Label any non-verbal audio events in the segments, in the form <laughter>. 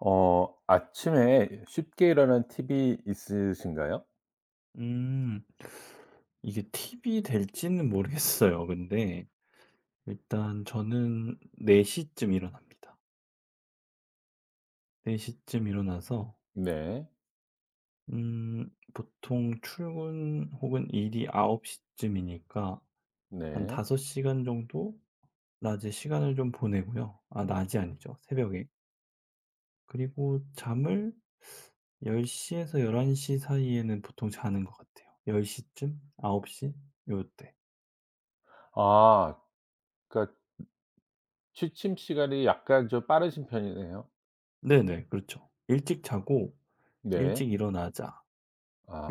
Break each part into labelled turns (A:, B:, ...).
A: 어 아침에 쉽게 일어나는 팁이 있으신가요?
B: 음. 이게 팁이 될지는 모르겠어요. 근데 일단 저는 4시쯤 일어납니다. 4시쯤 일어나서
A: 네.
B: 음 보통 출근 혹은 일이 9시 쯤이니까 한
A: 네.
B: 5 시간 정도 낮에 시간을 좀 보내고요. 아, 낮이 아니죠. 새벽에. 그리고 잠을 10 에서 11시 사이에는 보통 자는 것 같아요. 10 쯤? 9시 요때.
A: 아 그러니까 취침 시간이 약간 좀 빠르신 편이네요.
B: 네네. 그렇죠. "일찍 자고
A: 네.
B: 일찍 일어나자."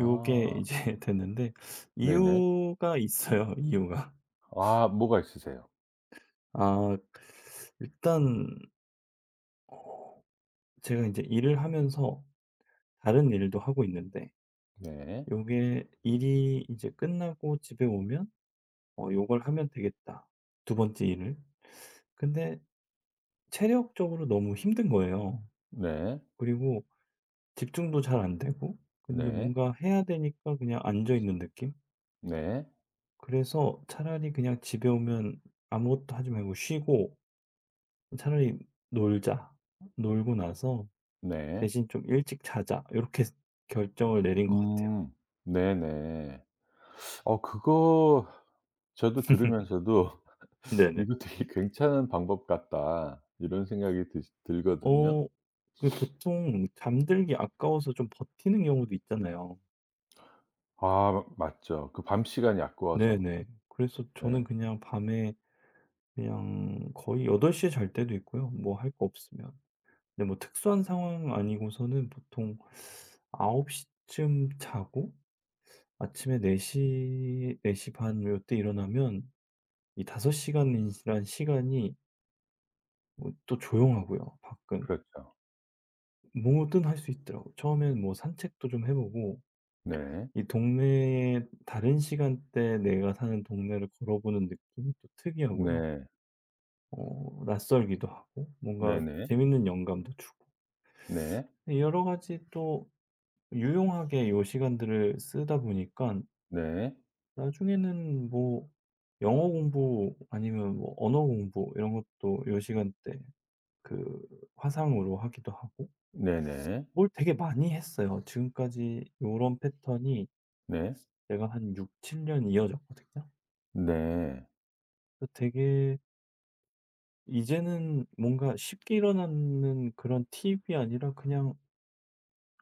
B: 요게 이제 <laughs> 됐는데
A: 네네.
B: 이유가 있어요, <laughs> 이유가.
A: 아 뭐가 있으세요?
B: 아, 일단 제가 이제 일을 하면서 다른 일도 하고 있는데,
A: 네.
B: 요게 일이 이제 끝나고 집에 오면 '어, 요걸 하면 되겠다.' 두 번째 일을. 근데 체력적으로 너무 힘든 거예요.
A: 네.
B: 그리고 집중도 잘 안 되고, 근데
A: 네.
B: 뭔가 해야 되니까 그냥 앉아 있는 느낌?
A: 네.
B: 그래서 차라리 그냥 집에 오면 아무것도 하지 말고 쉬고, 차라리 놀자. 놀고 나서
A: 네.
B: 대신 좀 일찍 자자. 요렇게 결정을 내린 것 같아요.
A: 음. 네네. 어 그거 저도 들으면서도 <laughs>
B: 네네.
A: '이거 되게 괜찮은 방법 같다.' 이런 생각이 드 들거든요.
B: 어 그 보통 잠들기 아까워서 좀 버티는 경우도 있잖아요.
A: 아 맞죠. 그 밤 시간이 아까워서.
B: 네네. 그래서 저는
A: 네.
B: 그냥 밤에 그냥 거의 8시에 잘 때도 있고요, 뭐 할 거 없으면. 근데 뭐 특수한 상황 아니고서는 보통 9시쯤 자고 아침에 4시 네시 반 요때 일어나면 이 5 시간이란 시간이 뭐 또 조용하고요. 밖은.
A: 그렇죠.
B: 뭐든 할 수 있더라고요. 처엔 뭐 산책도 좀 해 보고,
A: 네.
B: 이 동네에 다른 시간대, 내가 사는 동네를 걸어보는 느낌이 또 특이하고요.
A: 네.
B: 낯설기도 하고 뭔가
A: 네네.
B: 재밌는 영감도 주고.
A: 네.
B: 여러 가지 또 유용하게 요 시간들을 쓰다 보니까
A: 네.
B: 나중에는 뭐 영어 공부 아니면 뭐 언어 공부 이런 것도 요 시간대 그 화상으로 하기도 하고,
A: 네네.
B: 뭘 되게 많이 했어요. 지금까지 요런 패턴이
A: 네.
B: 내가 한 6-7년 이어졌거든요.
A: 네.
B: 그래서 되게 이제는 뭔가 쉽게 일어나는 그런 팁이 아니라 그냥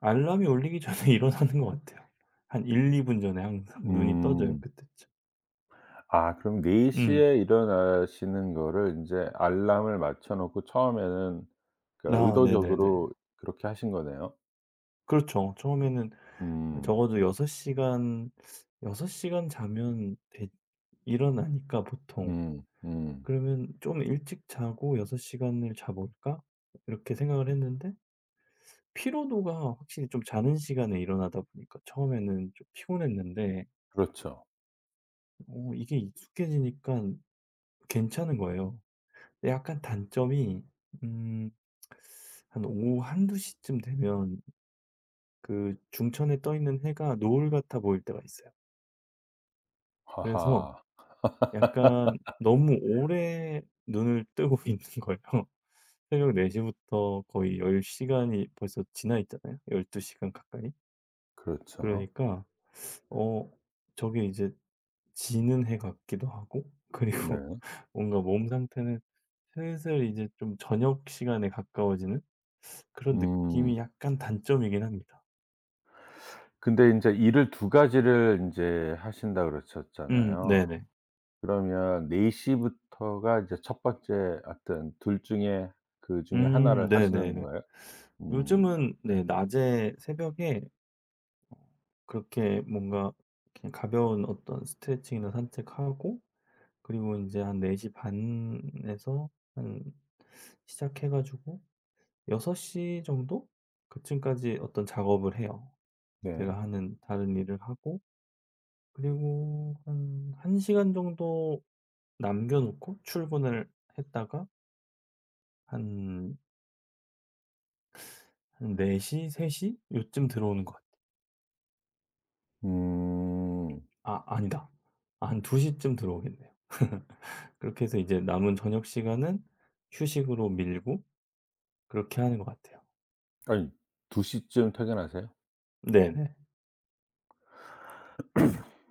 B: 알람이 울리기 전에 <laughs> 일어나는 것 같아요. 한 1-2분 전에 항상 눈이 떠져요,
A: 음.
B: 그때쯤.
A: 아 그럼 4시
B: 음.
A: 에 일어나시는 거를 인제 알람을 맞춰 놓고 처음에는, 그러니까
B: 아, 네네네.
A: 의도적으로 그렇게 하신 거네요.
B: 그렇죠. 처음에는
A: 음.
B: 적어도 6 시간 자면 되 일어나니까 보통.
A: 음. 음.
B: 그러면 '좀 일찍 자고 6 시간을 자볼까?' 이렇게 생각을 했는데, 피로도가 확실히 좀 자는 시간에 일어나다 보니까 처음에는 좀 피곤했는데
A: 그렇죠.
B: 이게 익숙해지니까 괜찮은 거예요. 근데 약간 단점이, 음 한 오후 한두 시쯤 되면 그 중천에 떠 있는 해가 노을 같아 보일 때가 있어요. 그래서
A: 하하.
B: 약간
A: <laughs>
B: 너무 오래 눈을 뜨고 <laughs> 있는 거예요. 새벽 4 시부터 거의 10 시간이 벌써 지나 있잖아요. 12 시간 가까이.
A: 그렇죠.
B: 그러니까 어 저게 이제 지는 해 같기도 하고, 그리고
A: 네.
B: <laughs> 뭔가 몸 상태는 슬슬 이제 좀 저녁 시간에 가까워지는 그런 느낌이
A: 음.
B: 약간 단점이긴 합니다.
A: 근데 인제 일을 두 가지를 인제 하신다
B: 음,
A: 그러셨잖아요.
B: 네네.
A: 그러면 4 시부터가 이제 첫 번째, 하여튼 둘 중에 그 중에 하나를
B: 음,
A: 하시는
B: 네네.
A: 거예요? 음.
B: 요즘은 네, 낮에 새벽에 그렇게 뭔가 그냥 가벼운 어떤 스트레칭이나 산책하고, 그리고 인제 한4시 반에서 한 시작해 가지고 6시 정도, 그쯤까지 어떤 작업을 해요.
A: 네.
B: 제가 하는 다른 일을 하고, 그리고 한 1 시간 정도 남겨 놓고 출근을 했다가 한 한4시0 3 요쯤 들어오는 것 같아요.
A: 음.
B: 아, 아니다. 아, 한2시쯤 들어오겠네요. <laughs> 그렇게 해서 이제 남은 저녁 시간은 휴식으로 밀고 그렇게 하는 것 같아요.
A: 아니 2 시쯤 퇴근하세요?
B: 네네.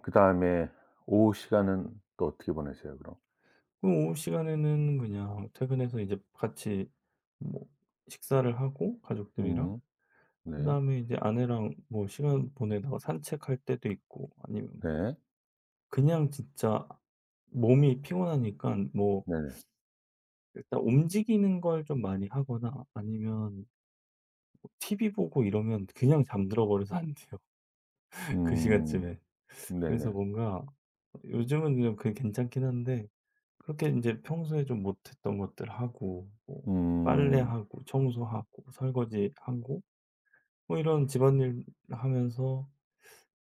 A: 그다음에 오후 시간은 또 어떻게 보내세요 그럼?
B: 그럼 오후 시간에는 그냥 퇴근해서 이제 같이 뭐 식사를 하고 가족들이랑,
A: 음. 네.
B: 그다음에 이제 아내랑 뭐 시간 보내다가 산책할 때도 있고 아니면 뭐
A: 네.
B: 그냥 진짜 몸이 피곤하니까 뭐
A: 네네.
B: 일단 움직이는 걸 좀 많이 하거나 아니면 뭐 TV 보고 이러면 그냥 잠들어 버려서 안 돼요. <laughs> 그
A: 음.
B: 시간쯤에. 그래서
A: 네네.
B: 뭔가 요즘은 그게 괜찮긴 한데, 그렇게 인제 평소에 좀 못했던 것들 하고, 뭐
A: 음.
B: 빨래하고 청소하고 설거지하고 뭐 이런 집안일 하면서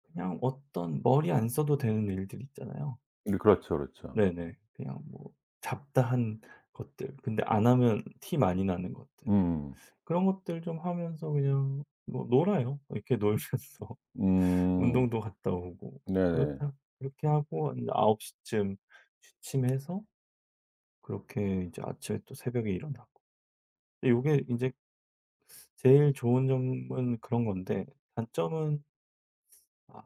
B: 그냥 어떤 머리 안 써도 되는 일들 있잖아요.
A: 네 그렇죠, 그렇죠.
B: 네네. 그냥 뭐 잡다한 것들, 근데 안 하면 티 많이 나는 것들.
A: 음.
B: 그런 것들 좀 하면서 그냥 뭐 놀아요. 이렇게 <laughs> 놀면서.
A: 음.
B: 운동도 갔다 오고
A: 네네.
B: 그렇다 그렇게 하고 한9시쯤 취침해서 그렇게 이제 아침에 또 새벽에 일어나고. 근데 요게 이제 제일 좋은 점은 그런 건데, 단점은, 아,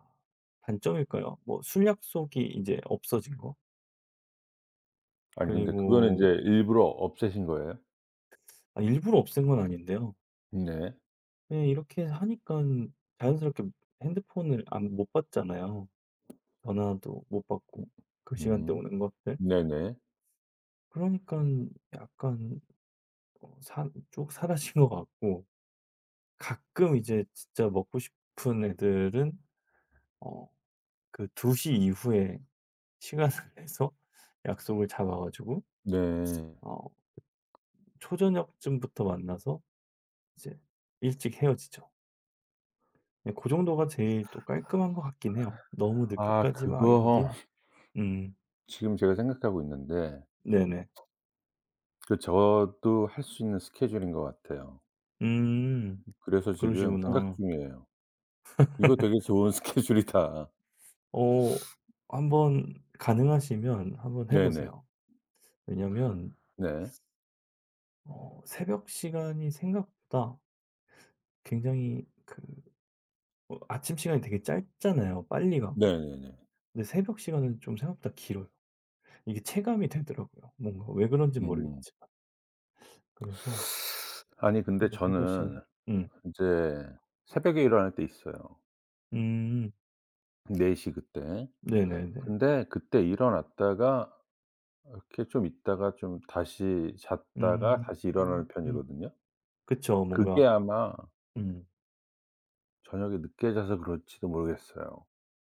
B: 단점일까요? 뭐 술 약속이 이제 없어진 거.
A: 아니 근데 그거는 인제
B: 그리고
A: 일부러 없애신 거예요?
B: 아, 일부러 없앤 건 아닌데요.
A: 네.
B: 그냥 이렇게 하니까 자연스럽게 핸드폰을 안 못 받잖아요. 전화도 못
A: 음.
B: 받고, 그 시간대
A: 음.
B: 오는 것들.
A: 네네.
B: 그러니까 약간 산 쭉 사라진 것 같고, 가끔 이제 진짜 먹고 싶은 애들은 어 그 2시 이후에 시간을 <laughs> 내서 약속을 잡아 가지고
A: 네.
B: 어 초저녁쯤부터 만나서 이제 일찍 헤어지죠. 네, 그 정도가 제일 또 깔끔한 것 같긴 해요. 너무
A: 아
B: 늦게까지 막
A: 그거
B: 이러긴.
A: <laughs>
B: 음.
A: 지금 제가 생각하고 있는데,
B: 네네.
A: 그 저도 할 수 있는 스케줄인 것 같아요.
B: 음.
A: 그래서 지금 생각
B: 그러시구나.
A: 중이에요. '이거 되게 좋은 <laughs> 스케줄이다.'
B: 어 한번 가능하시면 한번 해
A: 네네.
B: 보세요. 왜냐면
A: 네.
B: 새벽 시간이 생각보다 굉장히 그 아침 시간이 되게 짧잖아요, 빨리 가고.
A: 네네네.
B: 근데 새벽 시간은 좀 생각보다 길어요. 이게 체감이 되더라고요. 뭔가 왜 그런지
A: 음.
B: 모르겠지만. 그래서
A: 아니 근데
B: 한번 해 보시면.
A: 저는
B: 음.
A: 인제 새벽에 일어날 때 있어요.
B: 음.
A: 4시 그때.
B: 네네네.
A: 근데 그때 일어났다가 이렇게 좀 있다가 좀 다시 잤다가
B: 음.
A: 다시 일어나는
B: 음,
A: 편이거든요.
B: 그쵸.
A: 그게
B: 뭔가.
A: 아마
B: 음.
A: 저녁에 늦게 자서 그럴지도 모르겠어요.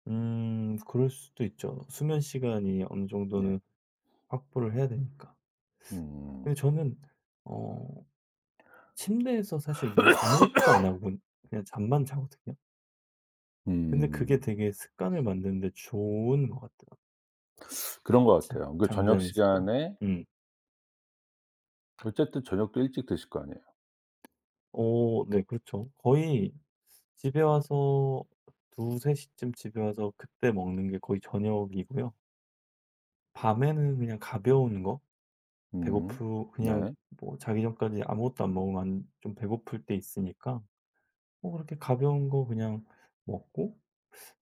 B: 그럴 수도 있죠. 수면 시간이 어느
A: 네.
B: 정도는 확보를 해야 되니까.
A: 음.
B: 근데 저는 어 침대에서 사실 뭐 아무것도 안 하고 그냥 잠만 자거든요. 근데 그게
A: 음.
B: 되게 습관을 만드는 데 좋은 것 같아요.
A: 그런 것
B: 참
A: 같아요. 그 저녁
B: 잠자는 습관.
A: 시간에
B: 음.
A: 어쨌든 저녁도 일찍 드실 거 아니에요.
B: 어, 네, 그렇죠. 거의 집에 와서 2-3 시쯤 집에 와서 그때 먹는 게 거의 저녁이고요. 밤에는 그냥 가벼운 거,
A: 음.
B: 배고프 그냥
A: 네.
B: 뭐 자기 전까지 아무것도 안 먹으면 안 좀 배고플 때 있으니까 뭐 그렇게 가벼운 거 그냥 먹고,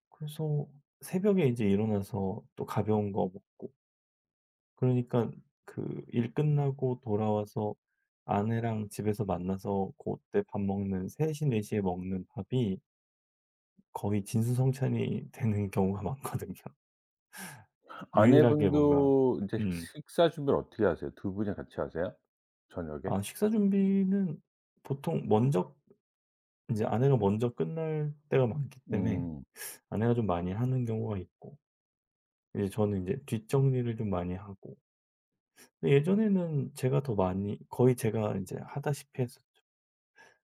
B: 그래서 새벽에 이제 일어나서 또 가벼운 거 먹고, 그러니까 그 일 끝나고 돌아와서 아내랑 집에서 만나서 그때 밥 먹는 3시네4에 먹는 밥이 거의 진수성찬이 <laughs> 되는 경우가 많거든요. <laughs> 유일하게 뭔가.
A: 아내분도 인제
B: 음.
A: 식사 준비를 어떻게 하세요? 두 분이 같이 하세요? 저녁에?
B: 아, 식사 준비는 보통 먼저 이제 아내가 먼저 끝날 때가 많기 때문에
A: 음.
B: 아내가 좀 많이 하는 경우가 있고, 이제 저는 이제 뒷정리를 좀 많이 하고. 근데 예전에는 제가 더 많이, 거의 제가 이제 하다시피 했었죠,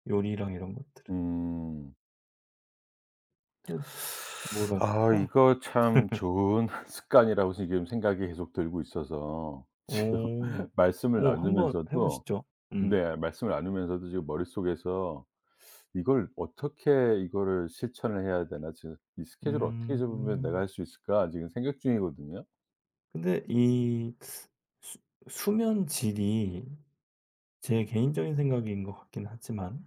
B: 요리랑 이런 것들은.
A: 음.
B: 뭐라
A: 아
B: 그럴까?
A: 이거 참 좋은 <laughs> 습관이라고 지금 생각이 계속 들고 있어서 지금
B: 오,
A: <laughs> 말씀을
B: 오, 한번 해
A: 나누면서도,
B: 보시죠. 음.
A: 네 말씀을 나누면서도 지금 머릿속에서 '이걸 어떻게, 이거를 실천을 해야 되나? 지금 이 스케줄을 어떻게 잡으면 내가
B: 음.
A: 할 수 있을까?' 지금 생각 중이거든요.
B: 근데 이 수 수면 질이, 제 개인적인 생각인 것 같긴 하지만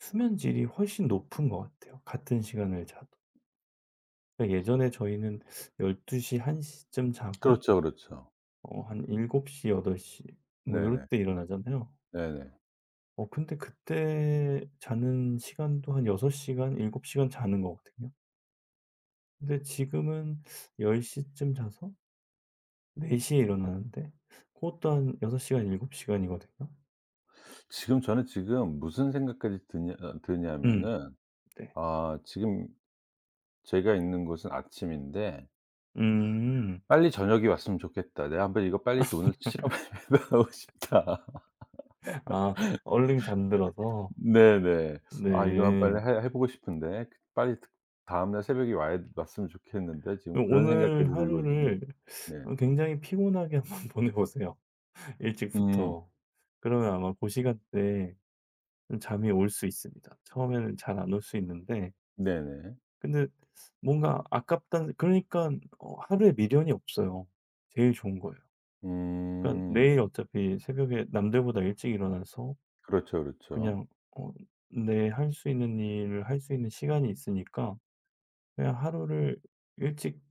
B: 수면 질이 훨씬 높은 것 같아요, 같은 시간을 자도. 그러니까 예전에 저희는 12 시, 1 시쯤 자고
A: 그렇죠, 그렇죠.
B: 한 7 시, 8시 뭐 요럴
A: 네네.
B: 때 일어나잖아요.
A: 네네.
B: 근데 그때 자는 시간도 한 6 시간, 7 시간 자는 거거든요. 근데 지금은 10 시쯤 자서 4 시에 일어나는데, 그것도 한 6 시간, 7 시간이거든요.
A: 지금 저는 지금 무슨 생각까지 드냐 어
B: 음.
A: 드냐면은
B: 네.
A: 아 지금 제가 있는 곳은 아침인데
B: 음.
A: '빨리 저녁이 왔으면 좋겠다. 내가 한번 이거 빨리 오늘 실험해 보고 <laughs> 싶다.'
B: 아, 얼른 잠들어서.
A: 네네. '아 이거 만
B: 네.
A: 빨리 해 보고 싶은데 그 빨리 다음날 새벽이 와야 왔으면 좋겠는데.' 지금
B: 그럼
A: 그런
B: 오늘
A: 생각까지 들거든요.
B: 하루를
A: 네.
B: 굉장히 피곤하게 <laughs> 한번 보내보세요,
A: 음.
B: 일찍부터. 그러면 아마 고 시간대에 좀 잠이 올 수 있습니다. 처음에는 잘 안 올 수 있는데,
A: 네네.
B: 근데 뭔가 아깝다는, 그러니깐 하루에 미련이 없어요. 제일 좋은 거예요. 그러니까
A: 음.
B: 내일 어차피 새벽에 남들보다 일찍 일어나서
A: 그렇죠, 그렇죠.
B: 그냥 어 내 할 수 있는 일을 할 수 있는 시간이 있으니까 그냥 하루를 일찍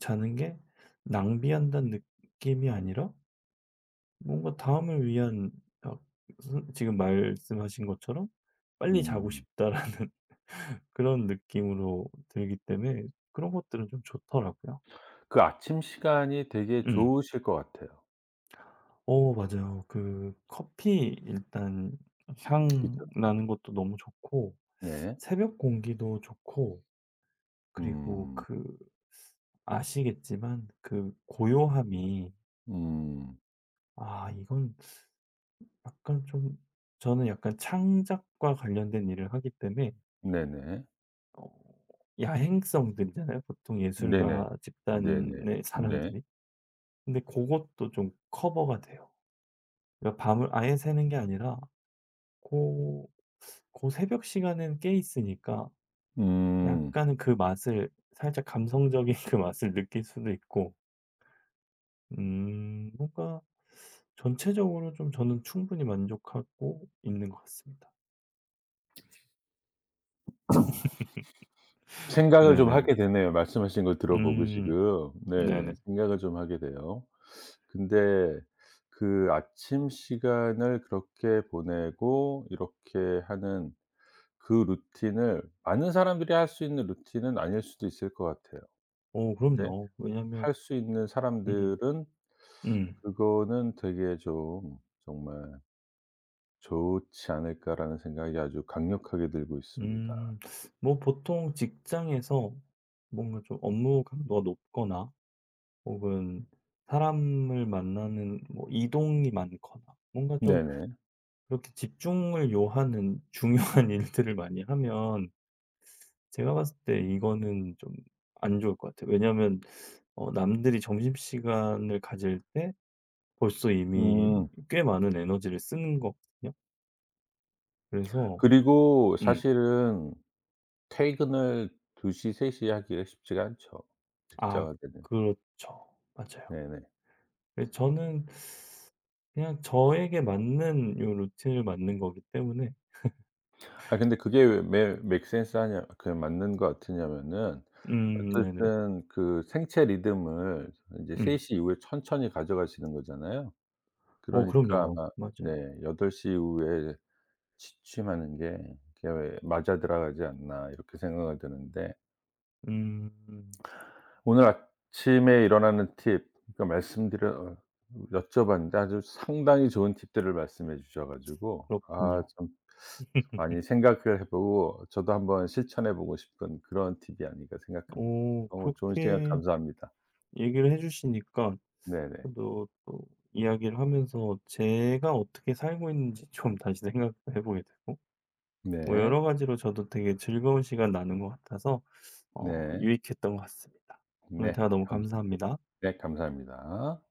B: 자는 게 낭비한다는 느낌이 아니라 뭔가 다음을 위한, 어, 지금 말씀하신 것처럼 '빨리 자고
A: 음.
B: 싶다.'라는 <laughs> 그런 느낌으로 들기 때문에 그런 것들은 좀 좋더라고요.
A: 그 아침 시간이 되게
B: 음.
A: 좋으실 것 같아요.
B: 맞아요. 그 커피 일단 향
A: 그죠?
B: 나는 것도 너무 좋고
A: 네.
B: 새벽 공기도 좋고, 그리고
A: 음.
B: 그 아시겠지만 그 고요함이,
A: 음.
B: 아 이건 약간 좀, 저는 약간 창작과 관련된 일을 하기 때문에,
A: 네네.
B: 어 야행성들이잖아요, 보통
A: 네네.
B: 예술가
A: 네네.
B: 집단의
A: 네.
B: 사람들이. 근데 그것도 좀 커버가 돼요. 그러니까 밤을 아예 새는 게 아니라 고 고 새벽 시간은 깨 있으니까
A: 음.
B: 약간은 그 맛을 살짝 감성적인 <laughs> 그 맛을 느낄 수도 있고, 뭔가 전체적으로 좀 저는 충분히 만족하고 있는 것 같습니다.
A: 생각을 좀
B: 네네.
A: 하게 되네요. 말씀하신 걸 들어보고
B: 음,
A: 지금. 네네.
B: 네네.
A: 생각을 좀 하게 돼요. 근데 그 아침 시간을 그렇게 보내고 이렇게 하는 그 루틴을 많은 사람들이 할 수 있는 루틴은 아닐 수도 있을 것 같아요.
B: 오,
A: 근데
B: 그럼요.
A: 할
B: 왜냐면.
A: 수 있는
B: 음.
A: 사람들은
B: 음.
A: 그거는 되게 좀 정말 '좋지 않을까.'라는 생각이 아주 강력하게 들고 있습니다.
B: 음 뭐 보통 직장에서 뭔가 좀 업무 강도가 높거나, 혹은 사람을 만나는 뭐 이동이 많거나, 뭔가 좀
A: 네네.
B: 그렇게 집중을 요하는 <laughs> 중요한 일들을 많이 하면 제가 봤을 때 이거는 좀 안 좋을 것 같아요. 왜냐하면 남들이 점심시간을 가질 때 벌써 이미
A: 음
B: 꽤 많은 에너지를 쓰는 거거든요. 그래서.
A: 그리고
B: 음.
A: 사실은 퇴근을 2시세3에 하기가 쉽지가 않죠,
B: 아,
A: 직장을 때는.
B: 그렇죠. 맞아요.
A: 네네.
B: 그래서 저는 그냥 저에게 맞는 요 루틴을 만든 거기 때문에.
A: 아 근데 그게 왜 매 맥센스하냐, 그 맞는 것 같으냐면은
B: 음, 네네.
A: 어쨌든 그 생체 리듬을 인제 3
B: 음.
A: 시 이후에 천천히 가져가시는 거잖아요. 그러니까
B: 그럼요.
A: 아마
B: 맞아요.
A: 네 8시 이후에 취침하는 게, 그게 왜 맞아 들어가지 않나 이렇게 생각이 드는데,
B: 음.
A: 오늘 아침에 일어나는 팁, 그러니까 말씀드려 어, 여쭤봤는데 아주 상당히 좋은 팁들을 말씀해 주셔 가지고 아
B: 그렇군요.
A: 참 많이 생각을 해 보고 저도 한번 실천해 보고 싶은 그런 팁이 아닌가 생각합니다.
B: 오,
A: 너무 좋은 시간
B: 그렇게
A: 감사합니다.
B: 얘기를 해 주시니까
A: 네네.
B: 저도 또 이야기를 하면서 제가 어떻게 살고 있는지 좀 다시 생각해 보게 되고, 뭐
A: 네.
B: 여러 가지로 저도 되게 즐거운 시간 나눈 것 같아서
A: 네.
B: 유익했던 것 같습니다. 오늘
A: 네.
B: 대화 너무
A: 감
B: 감사합니다.
A: 네 감사합니다.